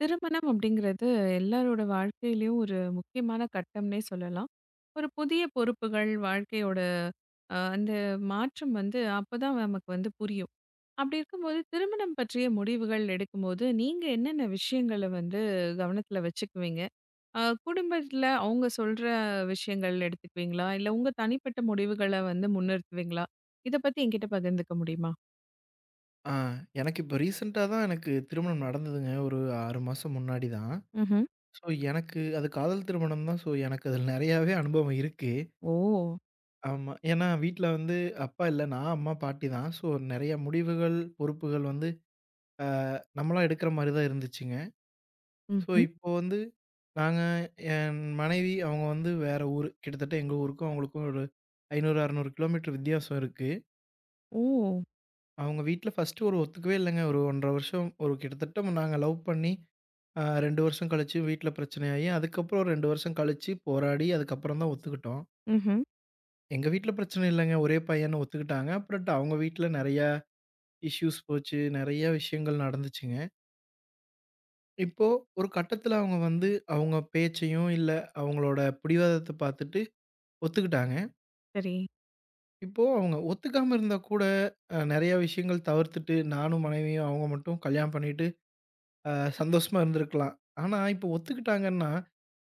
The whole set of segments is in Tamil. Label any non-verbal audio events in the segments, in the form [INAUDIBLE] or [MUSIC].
திருமணம் அப்படிங்கிறது எல்லாரோட வாழ்க்கையிலயும் ஒரு முக்கியமான கட்டம்னே சொல்லலாம். ஒரு புதிய பொறுப்புகள், வாழ்க்கையோட அந்த மாற்றம் வந்து அப்பதான் நமக்கு வந்து புரியும். அப்படி இருக்கும்போது திருமணம் பற்றிய முடிவுகள் எடுக்கும்போது, நீங்க என்னென்ன விஷயங்கள வந்து கவனத்துல வச்சுக்குவீங்க? அ குடும்பத்துல அவங்க சொல்ற விஷயங்கள் எடுத்துக்குவீங்களா? இல்ல உங்க தனிப்பட்ட முடிவுகள வந்து முன்னிறுத்துவீங்களா? இத பத்தி என்கிட்ட பகிர்ந்துக்க முடியுமா? ஆ, எனக்கு இப்ப ரீசென்ட்டா தான் எனக்கு திருமணம் நடந்ததுங்க. ஒரு 6 மாசம் முன்னாடி தான். ம்ஹ்ம். ஸோ, எனக்கு அது காதல் திருமணம் தான். ஸோ, எனக்கு அதில நெறையாவே அனுபவம் இருக்கு. ஓ! ஓ! ஆமா. ஏன்னா வீட்ல வந்து அப்பா இல்ல. நான், அம்மா, பாட்டி தான். ஸோ, நெறைய முடிவுகள், பொறுப்புகள் வந்து நம்மளா எடுக்கிற மாரி தான் இருந்துச்சுங்க. ஸோ, ம்ஹ்ம். இப்போ வந்து நாங்க என் மனைவி அவங்க வந்து வேற ஊரு. கிட்டத்தட்ட எங்க ஊருக்கும் அவங்களுக்கும் ஒரு 500, 600 கிலோமீட்டர் வித்தியாசம் இருக்கு. ஓ! அவங்க வீட்ல ஃபர்ஸ்ட்டு ஒரு ஒத்துக்கவே இல்லங்க. ஒரு 1 1/2 வருஷம் ஒரு கிட்டத்தட்ட நாங்க லவ் பண்ணி, 2 வருஷம் கழிச்சு வீட்ல பிரச்சனையாகி, அதுக்கப்புறம் ஒரு 2 வருஷம் கழிச்சு போராடி, அதுக்கப்புறம் தான் ஒத்துக்கிட்டோம். ம்ஹ்ம். எங்க வீட்ல பிரச்சனை இல்லங்க. ஒரே பையன்னு ஒத்துக்கிட்டாங்க. அப்புறம்ட்டு அவங்க வீட்ல நெறையா இஷ்யூஸ் போச்சு. நெறைய விஷயங்கள் நடந்துச்சுங்க. இப்போ ஒரு கட்டத்தில அவங்க வந்து அவங்க பேச்சையும், இல்ல அவங்களோட பிடிவாதத்த பார்த்துட்டு ஒத்துக்கிட்டாங்க. சரி. இப்போ அவங்க ஒத்துக்காம இருந்தா கூட, நெறைய விஷயங்கள் தவிர்த்துட்டு, நானும் மனைவியும் அவங்க மட்டும் கல்யாணம் பண்ணிட்டு அ சந்தோஷமா இருந்திருக்கலாம். ஆனா, இப்போ ஒத்துக்கிட்டாங்கன்னா,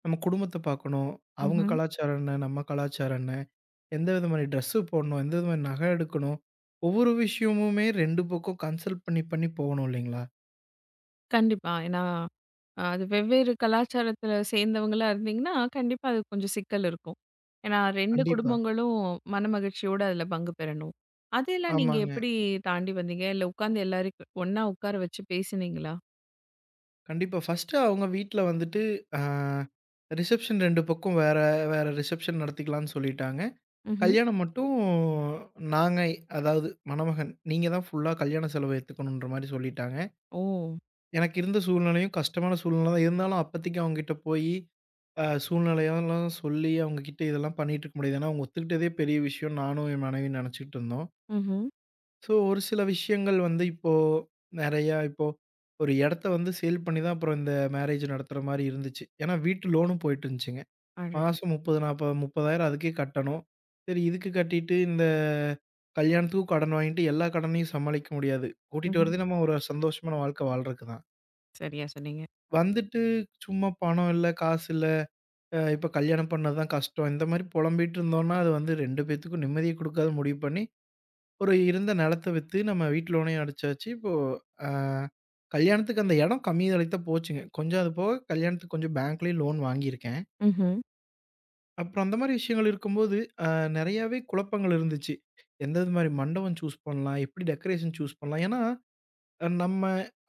நம்ம குடும்பத்த பார்க்கணும். அவங்க கலாச்சாரம் என்ன? நம்ம கலாச்சாரம் என்ன? எந்த விதமான ட்ரெஸ்ஸு போடணும்? எந்த விதமான நகை எடுக்கணும்? ஒவ்வொரு விஷயமுமே 2 பக்கம் கன்சல்ட் பண்ணி, பண்ணி போகணும் இல்லைங்களா? கண்டிப்பா. ஏன்னா அது வெவ்வேறு கலாச்சாரத்துல சேர்ந்தவங்களா இருந்தீங்கன்னா, கண்டிப்பா அது கொஞ்சம் சிக்கல் இருக்கும். ஏன்னா 2 கண்டிப்பா. குடும்பங்களும் மனமகிழ்ச்சியோட அதில பங்கு பெறணும். அதையெல்லாம் நீங்க ஆமாங்க. எப்படி தாண்டி வந்தீங்க? இல்ல உட்கார்ந்து எல்லாரையும் ஒண்ணா உட்கார வச்சு பேசினீங்களா? கண்டிப்பா. ஃபர்ஸ்ட்டு அவங்க வீட்ல வந்துட்டு அ ரிசப்ஷன் 2 பக்கம் வேற, வேற ரிசப்ஷன் நடத்திக்கலான்னு சொல்லிட்டாங்க. ம்ஹ்ம். கல்யாணம் மட்டும் நாங்க அதாவது மணமகன், நீங்க தான் ஃபுல்லா கல்யாண செலவு ஏத்துக்கணுன்ற மாரி சொல்லிட்டாங்க. ஓ! எனக்கு இருந்த சூழ்நிலையும் கஷ்டமான சூழ்நிலை தான். இருந்தாலும் அப்பத்திக்கு அவங்ககிட்ட போயி, சூழ்நிலையெல்லாம் சொல்லி அவங்க கிட்ட இதெல்லாம் பண்ணிட்டு இருக்க முடியாது. ஏன்னா, அவங்க ஒத்துக்கிட்டதே பெரிய விஷயம். நானும் என் மனைவியும் நெனச்சுக்கிட்டு இருந்தோம். ம்ஹ்ம். ஸோ, ஒரு சில விஷயங்கள் வந்து இப்போ நெறையா இப்போ ஒரு எடத்த வந்து சேல் பண்ணி தான் அப்புறம் இந்த மேரேஜ் நடத்துற மாரி இருந்துச்சு. ஏன்னா, வீட்டு லோனும் போயிட்டு இருந்துச்சுங்க. அடடா! மாசம் 30, 40 30,000 அதுக்கே கட்டணும். சரி இதுக்கு கட்டிட்டு இந்த கல்யாணத்துக்கும் கடன் வாங்கிட்டு எல்லா கடனையும் சமாளிக்க முடியாது. கூட்டிட்டு ம்ஹ்ம். வரதே நம்ம ஒரு சந்தோஷமான வாழ்க்கை வாழ்றதுக்கு தான். சரியா சொன்னீங்க. வந்துட்டு சும்மா பணம் இல்ல, காசு இல்ல, இப்ப கல்யாணம் பண்ணது தான் கஷ்டம். இந்த மாரி புலம்பிட்டு இருந்தோம்னா, அது வந்து 2 பேத்துக்கும் நிம்மதிய குடுக்காத முடிவு பண்ணி, ஒரு இருந்த நிலத்த வித்து நம்ம வீட்டு லோனையும் அடைச்சாச்சு. இப்போ அ கல்யாணத்துக்கு அந்த இடம் கம்மி விலைக்கு தான் போச்சுங்க. கொஞ்சம் அது போக கல்யாணத்துக்கு கொஞ்சம் பேங்க்லயும் லோன் வாங்கியிருக்கேன். ம்ஹ்ம். அப்புறம் அந்த மாரி விஷயங்கள் இருக்கும்போது, அ நெறையாவே குழப்பங்கள் இருந்துச்சு. எந்தது மாரி மண்டபம் சூஸ் பண்ணலாம்? எப்படி டெக்கரேஷன் சூஸ் பண்ணலாம்? ஏன்னா நம்ம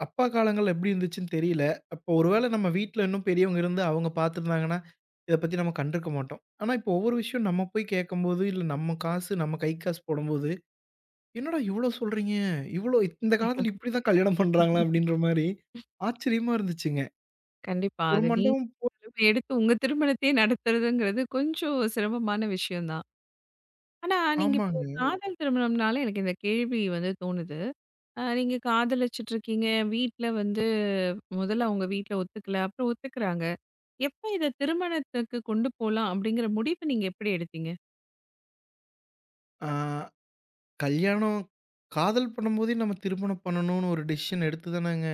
அப்பா காலங்கள்ல எப்படி இருந்துச்சுன்னு தெரியல. அப்போ ஒருவேள நம்ம வீட்ல இன்னும் பெரியவங்க இருந்து அவங்க பார்த்துருந்தாங்கன்னா, இத பத்தி நம்ம கண்டுருக்க மாட்டோம். ஆனா, இப்போ ஒவ்வொரு விஷயம் நம்ம போய் கேட்கும்போது, இல்ல நம்ம காசு நம்ம கை காசு போடும்போது, "என்னடா இவ்ளோ சொல்றீங்க? இவ்ளோ இந்த காலத்துல இப்படிதான் கல்யாணம் பண்றாங்களா?" ம்ஹ்ம். அப்படின்ற மாரி ஆச்சரியமா இருந்துச்சுங்க. கண்டிப்பா. ஒரு அது நீங்க மண்டபம் [UNINTELLIGIBLE] எடுத்து உங்க திருமணத்தையே நடத்துறதுங்கிறது கொஞ்சம் சிரமமான விஷயம் தான். ஆனா, நீங்க இப்போ ஆமாங்க. காதல் திருமணம்னால எனக்கு இந்த கேள்வி வந்து தோணுது. நீங்க காதலிச்சுட்ருக்கீங்க. வீட்ல வந்து முதல்ல அவங்க வீட்ல ஒத்துக்கல. அப்புறம் ஒத்துக்குறாங்க. எப்ப இத திருமணத்துக்கு கொண்டு போலாம் அப்படிங்கிற முடிவு நீங்க எப்படி எடுத்தீங்க? ஆ கல்யாணம் காதல் பண்ணும்போதே நம்ம திருமணம் பண்ணணும்னு ஒரு டிசிஷன் எடுத்து தானங்க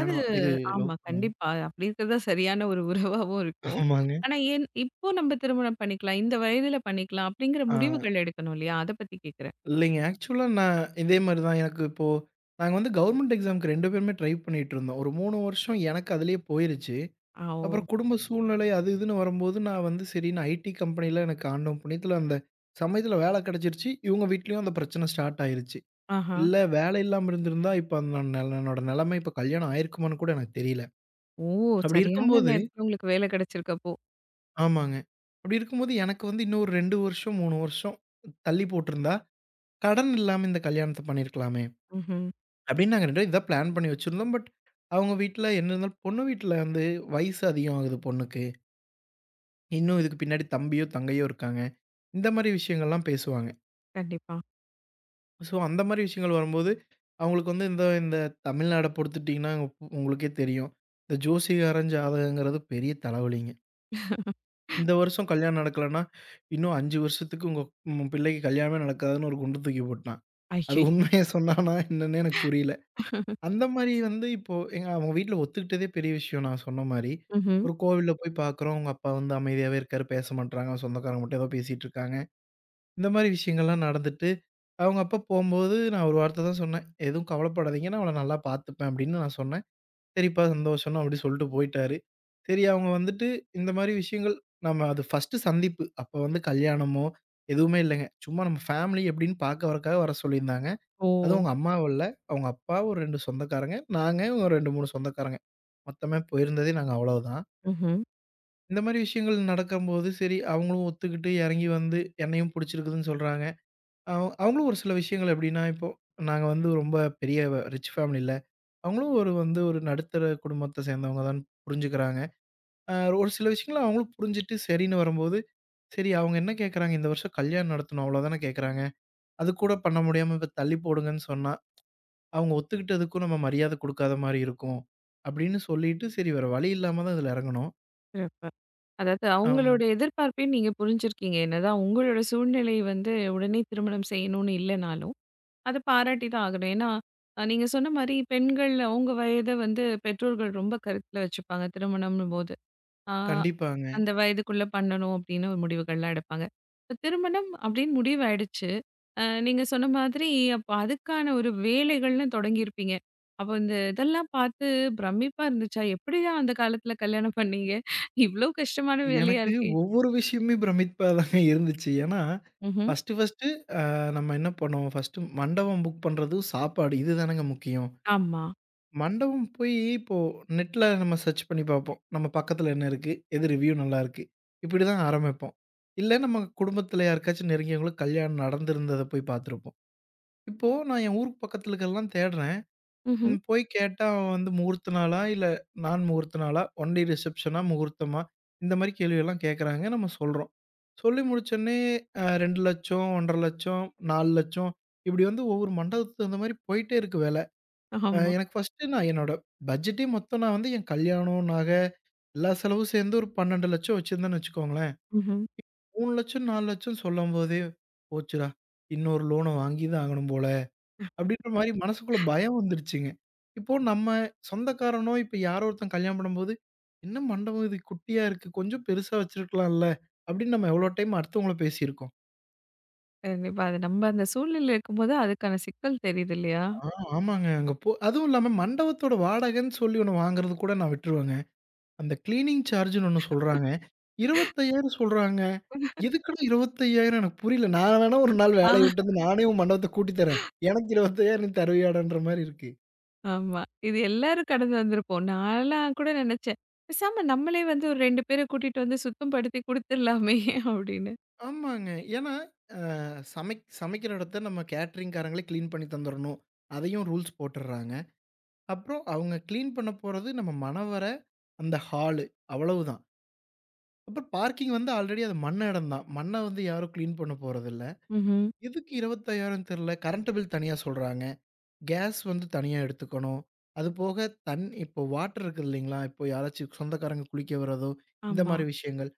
அது இது லவ் ஆமா. பண்ணுவோம். கண்டிப்பா. அப்படி இருக்கிறது தான் சரியான ஒரு உறவாவும் இருக்கும். ஆமாங்க. ஆனா ஏன் இப்போ நம்ம திருமணம் பண்ணிக்கலாம். இந்த வயதில பண்ணிக்கலாம் அப்படிங்கிற ஆ. முடிவுகள் எடுக்கணும் இல்லையா? அத பத்தி கேட்கிறேன். இல்லைங்க. ஆக்சுவலா நான் இதே மாரி தான் எனக்கு இப்போ நாங்க வந்து கவர்மெண்ட் எக்ஸாம்க்கு 2 பேருமே ட்ரை பண்ணிட்டுருந்தோம். ஒரு 3 வருஷம் எனக்கு அதிலேயே போயிருச்சு. ஆ, ஓ! அப்புறம் குடும்ப சூழ்நிலை அது இதுன்னு வரும்போது நான் வந்து சரின்னு ஐடி கம்பெனியில எனக்கு ஆண்டவன் புண்ணியத்துல அந்த சமயத்துல வேலை கிடைச்சிருச்சு. இவங்க வீட்லயும் அந்த பிரச்சனை ஸ்டார்ட் ஆயிருச்சு. ஆஹா. இல்ல வேலை இல்லாம இருந்திருந்தா, இப்ப அந்த நெல என்னோட நிலைமை இப்ப கல்யாணம் ஆயிருக்குமான்னு கூட எனக்கு தெரியல. ஓ! அப்படி சரியான இருக்கும்போது நேரத்துல உங்களுக்கு வேலை கிடைச்சிருக்கு அப்போ. ஆமாங்க. அப்படி இருக்கும்போது எனக்கு வந்து இன்னும் ஒரு 2 வருஷம், 3 வருஷம் தள்ளி போட்டிருந்தா, கடன் இல்லாம இந்த கல்யாணத்த பண்ணியிருக்கலாமே! ம்ஹ்ம். அப்படின்னு நாங்க 2 பேரும் இதான் பிளான் பண்ணி வச்சிருந்தோம். பட் அவங்க வீட்ல என்ன இருந்தாலும் பொண்ணு வீட்ல வந்து வயசு அதிகம் ஆகுது பொண்ணுக்கு. இன்னும் இதுக்கு பின்னாடி தம்பியோ, தங்கையோ இருக்காங்க. இந்த மாரி விஷயங்கள்லாம் பேசுவாங்க. கண்டிப்பா. ஸோ அந்த மாரி விஷயங்கள் வரும்போது, அவங்களுக்கு வந்து இந்த இந்த தமிழ்நாட பொறுத்துட்டீங்கன்னா, உங்களுக்கே தெரியும். இந்த ஜோசியக்காரன் ஜாதகங்கிறது பெரிய தலைவலிங்க. இந்த வருஷம் கல்யாணம் நடக்கலன்னா, இன்னும் 5 வருஷத்துக்கு உங்க பிள்ளைக்கு கல்யாணமே நடக்காதுன்னு ஒரு குண்ட தூக்கி போட்டான். அது ஐயய்யோ! உண்மைய சொன்னானா என்னன்னே எனக்கு புரியல. அந்த மாரி வந்து இப்போ எங்க அவங்க வீட்ல ஒத்துக்கிட்டதே பெரிய விஷயம் நான் சொன்ன மாரி. ம்ஹ்ம். ஒரு கோவில்ல போய் பார்க்குறோம். அவங்க அப்பா வந்து அமைதியாவே இருக்காரு. பேச மாட்றாங்க. சொந்தக்காரங்க மட்டும் ஏதோ பேசிட்டு இருக்காங்க. இந்த மாரி விஷயங்கள்லாம் நடந்துட்டு, அவங்க அப்பா போம்போது நான் ஒரு வார்த்த தான் சொன்னேன். "எதுவும் கவலைப்படாதீங்க. நான் அவள நல்லா பார்த்துப்பேன்" அப்படின்னு நான் சொன்னேன். "சரிப்பா சந்தோஷம்ன்னா" அப்படி சொல்லிட்டு போயிட்டாரு. சரி அவங்க வந்துட்டு இந்த மாரி விஷயங்கள் நம்ம அது ஃபர்ஸ்ட்டு சந்திப்பு. அப்ப வந்து கல்யாணமோ எதுவுமே இல்லங்க. சும்மா நம்ம ஃபேமிலி எப்படின்னு பார்க்க வரக்காக வர சொல்லியிருந்தாங்க. ஓ! அதுவும் உங்க அம்மாவும் இல்ல. அவங்க அப்பா, ஒரு 2 சொந்தக்காரங்க. நாங்க ஒரு 2, 3 சொந்தக்காரங்க. மொத்தமே போயிருந்ததே நாங்க அவ்வளவுதான். ம்ஹ்ம். இந்த மாரி விஷயங்கள் நடக்கும்போது, சரி அவங்களும் ஒத்துக்கிட்டு இறங்கி வந்து என்னையும் புடிச்சிருக்குதுன்னு சொல்றாங்க. அவங்களும் ஒரு சில விஷயங்கள் எப்படின்னா, இப்போ நாங்க வந்து ரொம்ப பெரிய ரிச் ஃபேமிலி இல்ல. அவங்களும் ஒரு வந்து ஒரு நடுத்தர குடும்பத்த சேர்ந்தவங்க தான் புரிஞ்சுக்கிறாங்க. அ ஒரு சில விஷயங்கள அவங்களும் புரிஞ்சுட்டு சரின்னு வரும்போது, சரி அவங்க என்ன கேட்கறாங்க, இந்த வருஷம் கல்யாணம் நடத்தணும் அவ்வளோதானே கேட்கறாங்க. அது கூட பண்ண முடியாம இப்ப தள்ளி போடுங்கன்னு சொன்னா அவங்க ஒத்துக்கிட்டதுக்கும் நம்ம மரியாதை குடுக்காத மாரி இருக்கும். அப்படின்னு சொல்லிட்டு, சரி வேற வழி இல்லாம தான் இதுல இறங்குனோம். சிறப்பு. அதாவது ஆமா. அவங்களோட எதிர்பார்ப்பையும் நீங்க புரிஞ்சிருக்கீங்க. என்னதான் உங்களோட சூழ்நிலை வந்து உடனே திருமணம் செய்யணும்னு இல்லனாலும், அத பாராட்டி தான் ஆகணும். ஏன்னா நீங்க சொன்ன மாரி பெண்கள் அவங்க வயத வந்து பெற்றோர்கள் ரொம்ப கருத்துல வச்சுப்பாங்க திருமணம்னும்போது. ஆ, கண்டிப்பாங்க. அந்த வயதுக்குள்ள பண்ணணும் அப்படின்னு ஒரு முடிவுகள்லாம் எடுப்பாங்க. இப்ப திருமணம் அப்படின்னு முடிவாயிடுச்சு. நீங்க சொன்ன மாதிரி அப்ப அதுக்கான ஒரு வேலைகள்னு தொடங்கியிருப்பீங்க. அப்போ இந்த இதெல்லாம் பார்த்து பிரமிப்பா இருந்துச்சா? எப்படிதான் அந்த காலத்துல கல்யாணம் பண்ணீங்க? இவ்ளோ கஷ்டமான வேலையா எனக்கு இருக்கே! ஒவ்வொரு விஷயமுமே பிரமிப்பா தாங்க இருந்துச்சு. ஏன்னா, ம்ஹ்ம். ஃபர்ஸ்ட்டு ஃபர்ஸ்ட்டு நம்ம என்ன பண்ணோம்? ஃபர்ஸ்ட்டு மண்டபம் புக் பண்றது, சாப்பாடு இது தானங்க முக்கியம். ஆமா. மண்டபம் போய் இப்போ நெட்ல நம்ம சர்ச் பண்ணி பார்ப்போம். நம்ம பக்கத்துல என்ன இருக்கு? எது ரிவ்யூ நல்லாருக்கு? இப்படி தான் ஆரம்பிப்போம். இல்ல நம்ம குடும்பத்துல யாருக்காச்சும் நெருங்கியவங்களுக்கு கல்யாணம் நடந்திருந்தத போய் பார்த்துருப்போம். இப்போ நான் என் ஊருக்கு பக்கத்துலக்கெல்லாம் தேடுறேன். ம்ஹ்ம். ம். போய் கேட்டா அவன் வந்து முகூர்த்த நாளா? இல்ல நான் முகூர்த்த நாளா? ஒன் டே ரிசப்ஷனா? முகூர்த்தமா? இந்த மாரி கேள்விகள்லாம் கேட்குறாங்க. நம்ம சொல்றோம். சொல்லி முடிச்சோன்னே 2,00,000 1,50,000 4,00,000 இப்படி வந்து ஒவ்வொரு மண்டபத்துக்கு தகுந்த மாரி போயிட்டே இருக்கு வெல. ஆமா. எனக்கு ஃபர்ஸ்ட்டு நான் என்னோட பட்ஜெட்டே மொத்தம் நான் வந்து என் கல்யாணம், நகை எல்லா செலவும் சேர்ந்து ஒரு 12,00,000 வச்சிருந்தேன்னு வச்சுக்கோங்களேன். ம்ஹ்ம். 3,00,000 4,00,000 சொல்லும்போதே, போச்சுடா! இன்னொரு லோன வாங்கி தான் ஆகணும் போல. அப்படின்ற மாரி மனசுக்குள்ள பயம் வந்துருச்சுங்க. இப்போ நம்ம சொந்தக்காரனோ, இப்ப யாரோ ஒருத்தன் கல்யாணம் பண்ணும்போது, "என்ன மண்டபம் இது குட்டியா இருக்கு. கொஞ்சம் பெருசா வச்சிருக்கலாம்ல." அப்படின்னு நம்ம எவ்வளோ டைம் அடுத்தவங்கள பேசியிருக்கோம். கண்டிப்பா. அது நம்ம அந்த சூழ்நிலையில இருக்கும்போது அதுக்கான சிக்கல் தெரியுது இல்லையா? ஆ ஆமாங்க. அங்க போ அதுவும் இல்லாம மண்டபத்தோட வாடகைன்னு சொல்லி ஒண்ணு வாங்குறது கூட நான் விட்டுருவேங்க. அந்த கிளீனிங் சார்ஜ்ன்னு ஒண்ணு சொல்றாங்க. 25,000 சொல்றாங்க. எதுக்குடா 25,000 எனக்கு புரியல. நான் வேணா ஒரு நாள் வேலைய விட்டு ஆ. வந்து நானே உன் மண்டபத்த கூட்டி தரேன். எனக்கு 25,000 நீ தருவியாடான்ற மாரி இருக்கு. ஆமா. இது எல்லாரும் கடந்து வந்திருப்போம். நான்லாம் கூட நினைச்சேன். பேசாம நம்மளே வந்து ஒரு 2 பேர கூட்டிட்டு வந்து சுத்தம் படுத்தி குடுத்துர்லாமே! அப்படின்னு. ஆமாங்க. ஏன்னா சமைக்கிற இடத்த நம்ம கேட்டரிங்காரங்களே கிளீன் பண்ணி தந்துரணும். அதையும் ரூல்ஸ் போட்டுர்றாங்க. அப்புறம் அவங்க கிளீன் பண்ண போறது நம்ம மணவற, அந்த ஹாலு அவ்வளவுதான். அப்புறம் பார்க்கிங் வந்து ஆல்ரெடி அது மண்ண இடம் தான். மண்ண வந்து யாரும் கிளீன் பண்ண போறதில்ல. ம்ஹ்ம். எதுக்கு 25,000ன்னு தெரியல. கரண்ட் பில் தனியா சொல்றாங்க. கேஸ் வந்து தனியா எடுத்துக்கணும். அதுபோக தண் இப்போ வாட்டர் இருக்குது இல்லைங்களா? இப்போ யாராச்சும் சொந்தக்காரங்க குளிக்க வரதோ, இந்த ஆமா. மாரி விஷயங்கள்.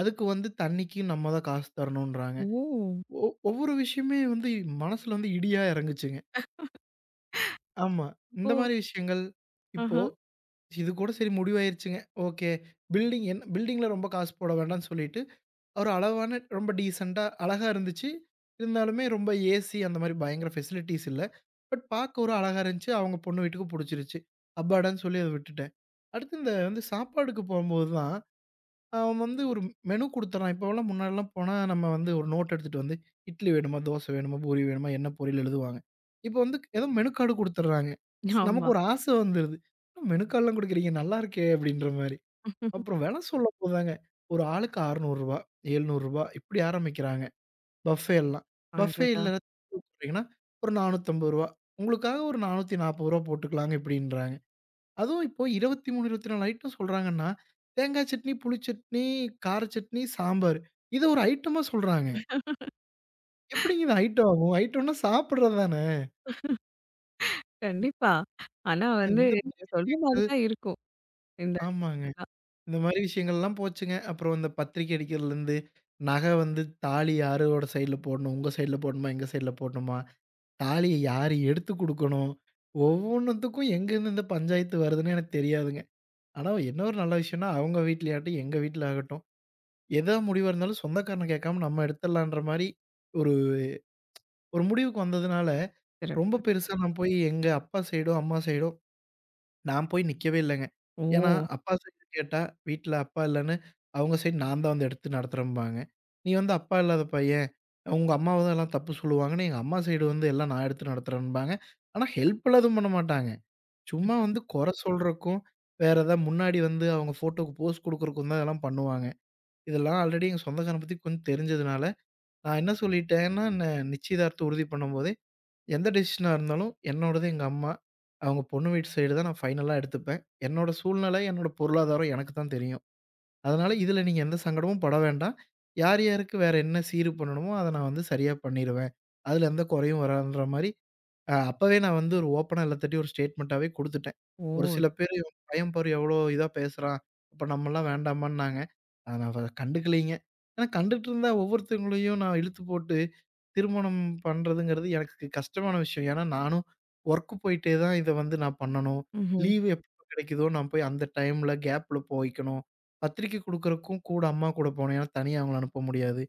அதுக்கு வந்து தண்ணிக்கு நம்ம தான் காசு தரணுன்றாங்க. ஓ! ஒ ஒவ்வொரு விஷயமே வந்து மனசுல வந்து இடியா இறங்குச்சுங்க. ஆமா. இந்த இப்போ மாரி விஷயங்கள் ஆஹ. இப்போ இது கூட சரி முடிவாயிருச்சுங்க. ஓகே. என் பில்டிங்ல ரொம்ப காசு போட வேண்டாம்னு சொல்லிட்டு, ஒரு அளவான ரொம்ப டீசென்ட்டா அழகா இருந்துச்சு. இருந்தாலுமே ரொம்ப ஏசி அந்த மாரி பயங்கர ஃபெசிலிட்டீஸ் இல்ல. பட் பார்க்க ஒரு அழகா இருந்துச்சு. அவங்க பொண்ணு வீட்டுக்கு புடிச்சிருச்சு. அப்பாடான்னு சொல்லி அத விட்டுட்டேன். அடுத்து இந்த வந்து சாப்பாடுக்கு போம்போது தான் அவன் வந்து ஒரு மெனு குடுத்துட்றான். இப்போலாம் முன்னாடிலாம் போனா, நம்ம வந்து ஒரு நோட் எடுத்துட்டு வந்து, இட்லி வேணுமா? தோசை வேணுமா? பூரி வேணுமா? என்ன பொரியல் எழுதுவாங்க. இப்போ வந்து ஏதோ மெனு கார்டு குடுத்துட்றாங்க. நமக்கு ஆமா. ஒரு ஆசை வந்துருது. "என்ன மெனு கார்ட்லாம் குடுக்குறீங்க? நல்லா இருக்கே!" அப்படின்ற மாரி. அப்புறம் வெல சொல்லம்போதுதாங்க, ஒரு ஆளுக்கு ரூ. 600 ரூ. 700 இப்படி ஆரம்பிக்கிறாங்க, பஃபே எல்லாம். பஃபே அடடா! இல்ல போட்டிங்கன்னா, ஒரு ரூ. 450 "உங்களுக்காக ஒரு ரூ. 440 போட்டுக்கலாங்க" இப்படின்றாங்க. அதுவும் இப்போ 23, 24 ஐட்டம் சொல்றாங்கன்னா, தேங்காய் சட்னி, புளி சட்னி, கார சட்னி, சாம்பார். இத ஒரு ஐட்டமா சொல்றாங்க. எப்படிங்க இது ஐட்டம் ஆகும்? ஐட்டம்னா சாப்பிடுறது தான. கண்டிப்பா. ஆனா வந்து இந்த நீங்க மாதிரி சொல்ற மாரி விஷயங்கள், தான் இருக்கும். இந்த ஆமாங்க. இந்த மாதிரி விஷயங்கள்லாம் போச்சுங்க. அப்புறம் இந்த பத்திரிக்கை அடிக்கிறதுலேருந்து, நகை வந்து தாலி யாரோட சைடுல போடணும்? உங்க சைடுல போடணுமா? எங்க சைடுல போடணுமா? தாலிய யாரு எடுத்து குடுக்கணும்? ஒவ்வொன்னுத்துக்கும் எங்கேருந்து இந்த பஞ்சாயத்து வருதுன்னு எனக்கு தெரியாதுங்க. ஆனா என்ன ஒரு நல்ல விஷயம்னா, அவங்க வீட்லயாகட்டும், எங்க வீட்ல ஆகட்டும் எதா முடிவா இருந்தாலும் சொந்தக்காரன கேட்காம நம்ம எடுத்துடலான்ற மாரி, ஒரு ஒரு முடிவுக்கு வந்ததுனால, ரொம்ப சிறப்பு. பெருசா நான் போய் எங்க அப்பா சைடோ, அம்மா சைடோ நான் போய் நிக்கவே இல்லங்க. ஏன்னா, ஓ! அப்பா சைடு கேட்டா, வீட்ல அப்பா இல்லன்னு, அவங்க சைடு நான் தான் வந்து எடுத்து நடத்துறேன்பாங்க. நீ வந்து அப்பா இல்லாத பையன், உங்க அம்மாவ தான் எல்லாம் தப்பு சொல்லுவாங்கன்னு, எங்க அம்மா சைடு வந்து எல்லாம் நான் எடுத்து நடத்துறேன்பாங்க. ஆனா, ஹெல்ப்லாம் எதுவும் பண்ண மாட்டாங்க. சும்மா வந்து குறை சொல்றக்கும், வேற எதா முன்னாடி வந்து அவங்க ஃபோட்டோக்கு போஸ் குடுக்குறக்கும் தான் இதெல்லாம் பண்ணுவாங்க. இதெல்லாம் ஆல்ரெடி எங்க சொந்தக்காரன பத்தி கொஞ்சம் தெரிஞ்சதுனால, நான் என்ன சொல்லிட்டேன்னா, நிச்சயதார்த்தம் உறுதி பண்ணும்போதே, எந்த டெசிஷனா இருந்தாலும் என்னோடது எங்க அம்மா, அவங்க பொண்ணு வீட்டு சைடு தான் நான் ஃபைனலா எடுத்துப்பேன். என்னோட சூழ்நிலை, என்னோட பொருளாதாரம் எனக்கு தான் தெரியும். அதனால இதுல நீங்க எந்த சங்கடமும் பட வேண்டாம். யார் யாருக்கு வேற என்ன சீர் பண்ணணுமோ, அத நான் வந்து சரியா பண்ணிருவேன். அதுல எந்த குறையும் வராதுன்ற மாரி, அப்பவே நான் வந்து ஒரு ஓப்பனா எல்லாத்துட்டயும் ஒரு ஸ்டேட்மெண்ட்டாவே குடுத்துட்டேன். ஒரு ஓ! சில பேரு "இவன் பையன் பாரு எவ்ளோ இதா பேசுறான். அப்ப நம்மலாம் வேண்டாமான்னாங்க." அத நான் கண்டுக்கலைங்க. ஏன்னா கண்டுட்டு இருந்தா ஒவ்வொருத்தவங்களையும் நான் இழுத்து போட்டு திருமணம் பண்றதுங்கிறது எனக்கு கஷ்டமான விஷயம். ஏன்னா நானும் ஒர்க் போயிட்டே தான் இத வந்து நான் பண்ணணும். ம்ஹ்ம். லீவு எப்ப கிடைக்குதோ நான் போய் அந்த டைம்ல கேப்ல போய்க்கணும். பத்திரிக்கை குடுக்குறக்கும் கூட அம்மா கூட போனேன். ஏன்னா தனியா அவங்கள அனுப்ப முடியாது.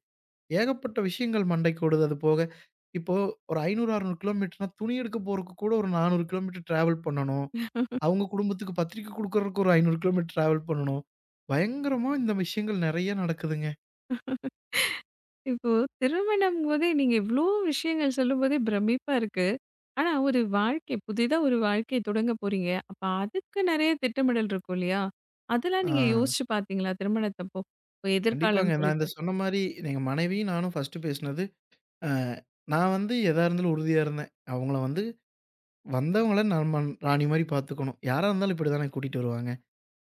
ஏகப்பட்ட விஷயங்கள் மண்டைக்கு ஓடுது. அது போக இப்போ ஒரு 500, 600 கிலோமீட்டர்னா துணி எடுக்க போறக்கு கூட ஒரு 400 கிலோமீட்டர் டிராவல் பண்ணணும். அவங்க குடும்பத்துக்கு பத்திரிக்கை குடுக்குறதுக்கு ஒரு 500 கிலோமீட்டர் டிராவல் பண்ணணும். பயங்கரமா இந்த விஷயங்கள் நெறைய நடக்குதுங்க. இப்போ திருமணம் போதே நீங்க இவ்ளோ விஷயங்கள் சொல்லும்போதே பிரமிப்பா இருக்கு. ஆனா ஒரு வாழ்க்கை புதிதா ஒரு வாழ்க்கை தொடங்க போறீங்க. அப்ப அதுக்கு நெறைய திட்டமிடல் இருக்கும் இல்லையா? அதெல்லாம் ஆ நீங்க யோசிச்சு பார்த்தீங்களா திருமணத்தப்போ? இப்ப கண்டிப்பாங்க. எதிர்காலம் நான் குறித்து இந்த சொன்ன மாரி எங்க மனைவியும் நானும் ஃபர்ஸ்ட்டு பேசினது, அ நான் வந்து எதா இருந்தாலும் உறுதியா இருந்தேன். அவங்கள வந்து வந்தவங்கள நம்ம ராணி மாரி பார்த்துக்கணும். யாரா இருந்தாலும் இப்படிதானே கூட்டிட்டு வருவாங்க.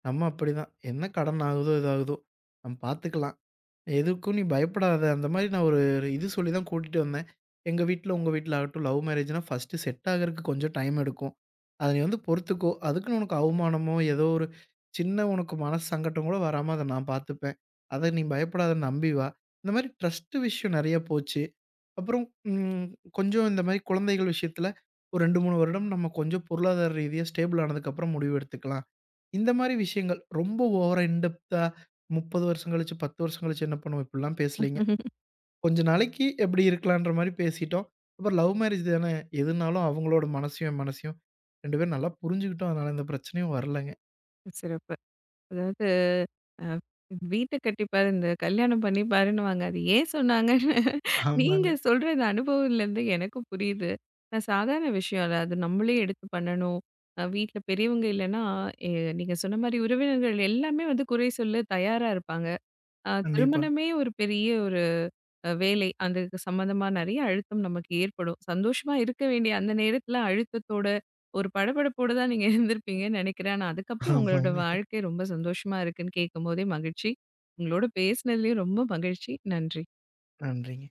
நம்ம அப்படிதான். என்ன கடன் ஆகுதோ, இது ஆகுதோ. நம்ம பார்த்துக்கலாம். எதுக்கும் நீ பயப்படாத. அந்த மாரி நான் ஒரு ஒரு இது சொல்லி தான் கூட்டிட்டு வந்தேன். எங்க வீட்ல, உங்க வீட்ல ஆகட்டும் லவ் மேரேஜ்னா ஃபர்ஸ்ட்டு செட் ஆகுறக்கு கொஞ்சம் டைம் எடுக்கும். அத நீ வந்து பொறுத்துக்கோ. அதுக்குன்னு உனக்கு அவமானமோ, ஏதோ ஒரு சின்ன உனக்கு மனசு சங்கடம் கூட வராம அத நான் பார்த்துப்பேன். அத நீ பயப்படாத நம்பி வா. இந்த மாரி ட்ரஸ்ட்டு விஷயம் நெறைய போச்சு. அப்புறம் ம் கொஞ்சம் இந்த மாரி குழந்தைகள் விஷயத்துல ஒரு 2, 3 வருடம் நம்ம கொஞ்சம் பொருளாதார ரீதியா ஸ்டேபிள் ஆனதுக்கப்புறம் முடிவு எடுத்துக்கலாம். இந்த மாரி விஷயங்கள் ரொம்ப ஓவரா இன் டெப்த்தா 30 வருஷம் கழிச்சு, 10 வருஷம் கழிச்சு என்ன பண்ணுவோம்? இப்படிலாம் பேசலைங்க. கொஞ்ச நாளைக்கு எப்படி இருக்கலான்ற மாரி பேசிட்டோம். அப்புறம் லவ் மேரேஜ் தானே! எதுனாலும் அவங்களோட மனசையும், என் மனசையும் 2 பேரும் நல்லா புரிஞ்சுக்கிட்டோம். அதனால எந்த பிரச்சனையும் வரலங்க. சிறப்பு. அதாவது அ வீட்ட கட்டிப்பாரு, இந்த கல்யாணம் பண்ணிப்பாருன்னுவாங்க. அது ஏன் சொன்னாங்க? நீங்க ஆமாங்க. சொல்ற இந்த அனுபவம்லேருந்து எனக்கும் புரியுது. நான் சாதாரண விஷயம் இல்ல. அது நம்மளே எடுத்து பண்ணணும். வீட்ல பெரியவங்க இல்லன்னா, எ நீங்க சொன்ன மாரி உறவினர்கள் எல்லாமே வந்து குறை சொல்ல தயாரா இருப்பாங்க. கண்டிப்பா. திருமணமே ஒரு பெரிய ஒரு வேலை. அதுக்கு சம்மந்தமா நெறைய அழுத்தம் நமக்கு ஏற்படும். சந்தோஷமா இருக்க வேண்டிய அந்த நேரத்துல அழுத்தத்தோட, ஒரு படபடப்போட தான் நீங்க இருந்திருப்பீங்கன்னு நெனைக்கிறேன். ஆனா அதுக்கப்புறம் உங்களோட ஆமாங்க. வாழ்க்கை ரொம்ப சந்தோஷமா இருக்குன்னு கேட்கும்போதே மகிழ்ச்சி. உங்களோட பேசினதுலயும் ரொம்ப மகிழ்ச்சி. நன்றி. நன்றிங்க.